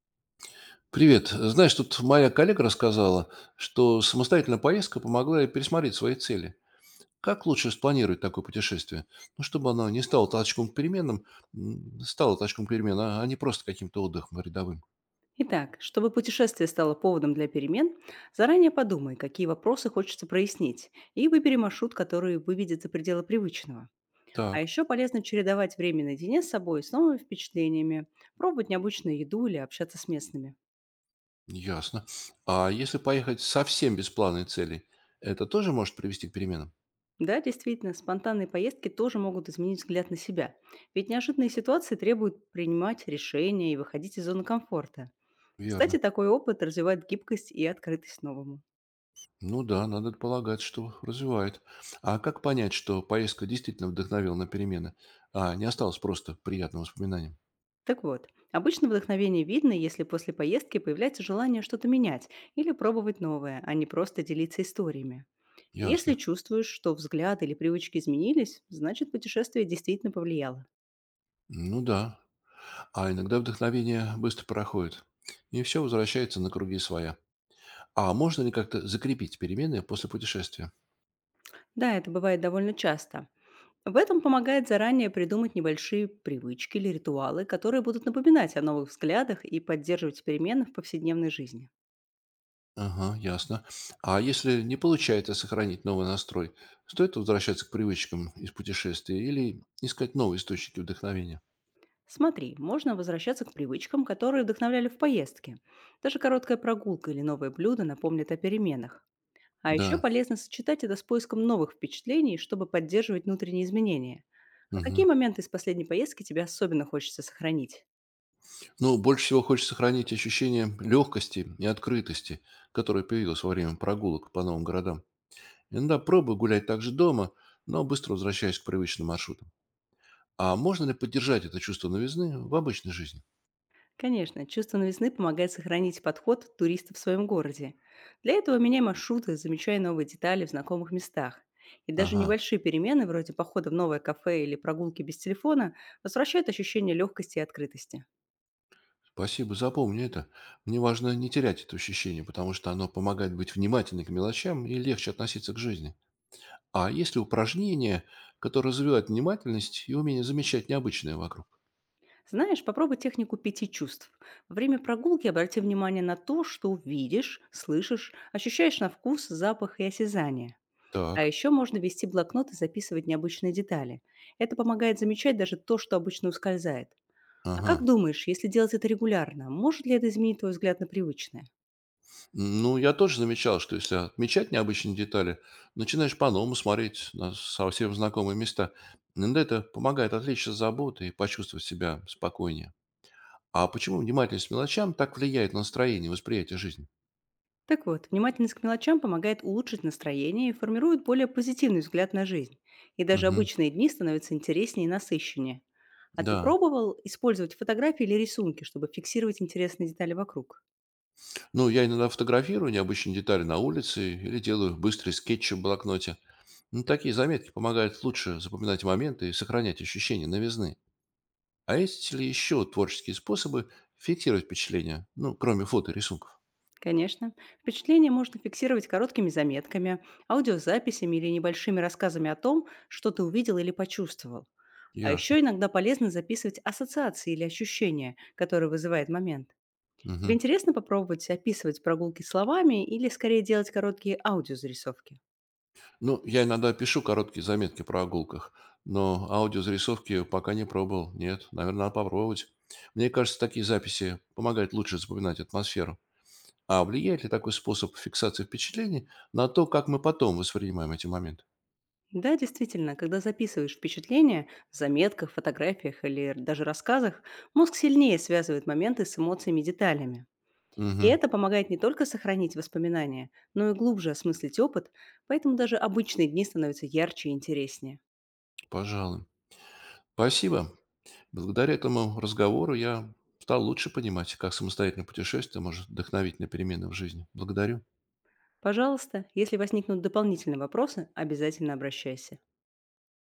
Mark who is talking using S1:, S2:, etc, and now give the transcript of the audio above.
S1: Привет. Знаешь, тут моя коллега рассказала, что самостоятельная поездка помогла ей пересмотреть свои цели. Как лучше спланировать такое путешествие? Ну, чтобы оно не стало толчком к переменам, стало толчком к переменам, а не просто каким-то отдыхом рядовым.
S2: Итак, чтобы путешествие стало поводом для перемен, заранее подумай, какие вопросы хочется прояснить, и выбери маршрут, который выведет за пределы привычного. А
S1: Так,
S2: еще полезно чередовать время наедине с собой с новыми впечатлениями, пробовать необычную еду или общаться с местными.
S1: ясно. А если поехать совсем без плана и целей, это тоже может привести к переменам?
S2: Да, действительно, спонтанные поездки тоже могут изменить взгляд на себя. Ведь неожиданные ситуации требуют принимать решения и выходить из зоны комфорта. Кстати,
S1: Верно.
S2: такой опыт развивает гибкость и открытость новому.
S1: Ну да, надо полагать, что развивает. А как понять, что поездка действительно вдохновила на перемены, а не осталась просто приятным воспоминанием?
S2: Так вот, обычно вдохновение видно, если после поездки появляется желание что-то менять или пробовать новое, а не просто делиться историями. Если
S1: Ясно.
S2: чувствуешь, что взгляд или привычки изменились, значит путешествие действительно повлияло.
S1: Ну да. А иногда вдохновение быстро проходит, и все возвращается на круги своя. А можно ли как-то закрепить перемены после путешествия?
S2: Да, это бывает довольно часто. В этом помогает заранее придумать небольшие привычки или ритуалы, которые будут напоминать о новых взглядах и поддерживать перемены в повседневной жизни.
S1: Ага, ясно. А если не получается сохранить новый настрой, стоит возвращаться к привычкам из путешествия или искать новые источники вдохновения?
S2: Смотри, можно возвращаться к привычкам, которые вдохновляли в поездке. Даже короткая прогулка или новое блюдо напомнят о переменах. А еще
S1: Да.
S2: полезно сочетать это с поиском новых впечатлений, чтобы поддерживать внутренние изменения. А
S1: Мгм.
S2: какие моменты из последней поездки тебе особенно хочется сохранить?
S1: Ну, больше всего хочется сохранить ощущение легкости и открытости, которое появилось во время прогулок по новым городам. Иногда пробую гулять также дома, но быстро возвращаюсь к привычным маршрутам. А можно ли поддержать это чувство новизны в обычной жизни?
S2: Конечно, чувство новизны помогает сохранить подход туриста в своем городе. Для этого меняй маршруты, замечай новые детали в знакомых местах. И даже
S1: Ага,
S2: небольшие перемены, вроде похода в новое кафе или прогулки без телефона, возвращают ощущение легкости и открытости.
S1: спасибо, запомню это. Мне важно не терять это ощущение, потому что оно помогает быть внимательным к мелочам и легче относиться к жизни. А есть ли упражнения, которые развивают внимательность и умение замечать необычное вокруг?
S2: Знаешь, попробуй технику пяти чувств. Во время прогулки обрати внимание на то, что видишь, слышишь, ощущаешь на вкус, запах и осязание. А
S1: Так,
S2: еще можно вести блокнот и записывать необычные детали. Это помогает замечать даже то, что обычно ускользает. А
S1: ага.
S2: как думаешь, если делать это регулярно, может ли это изменить твой взгляд на привычное?
S1: Ну, я тоже замечал, что если отмечать необычные детали, начинаешь по-новому смотреть на совсем знакомые места. Иногда это помогает отвлечься от заботы и почувствовать себя спокойнее. А почему внимательность к мелочам так влияет на настроение и восприятие жизни?
S2: Так вот, внимательность к мелочам помогает улучшить настроение и формирует более позитивный взгляд на жизнь. И даже
S1: Мгм.
S2: обычные дни становятся интереснее и насыщеннее. А ты
S1: Да.
S2: пробовал использовать фотографии или рисунки, чтобы фиксировать интересные детали вокруг?
S1: Ну, я иногда фотографирую необычные детали на улице или делаю быстрый скетч в блокноте. Ну, такие заметки помогают лучше запоминать моменты и сохранять ощущение новизны. А есть ли еще творческие способы фиксировать впечатления? Ну, кроме фото и рисунков.
S2: Конечно. Впечатление можно фиксировать короткими заметками, аудиозаписями или небольшими рассказами о том, что ты увидел или почувствовал. А
S1: Ясно.
S2: еще иногда полезно записывать ассоциации или ощущения, которые вызывает момент. Тебе
S1: Мгм.
S2: интересно попробовать описывать прогулки словами или скорее делать короткие аудиозарисовки?
S1: Ну, я иногда пишу короткие заметки про прогулках, но аудиозарисовки пока не пробовал. Нет, наверное, надо попробовать. Мне кажется, такие записи помогают лучше запоминать атмосферу. А влияет ли такой способ фиксации впечатлений на то, как мы потом воспринимаем эти моменты?
S2: Да, действительно, когда записываешь впечатления в заметках, фотографиях или даже рассказах, мозг сильнее связывает моменты с эмоциями и деталями. И
S1: Угу,
S2: это помогает не только сохранить воспоминания, но и глубже осмыслить опыт, поэтому даже обычные дни становятся ярче и интереснее.
S1: пожалуй. Спасибо. Благодаря этому разговору я стал лучше понимать, как самостоятельное путешествие может вдохновить на перемены в жизни. Благодарю.
S2: Пожалуйста, если возникнут дополнительные вопросы, обязательно обращайся.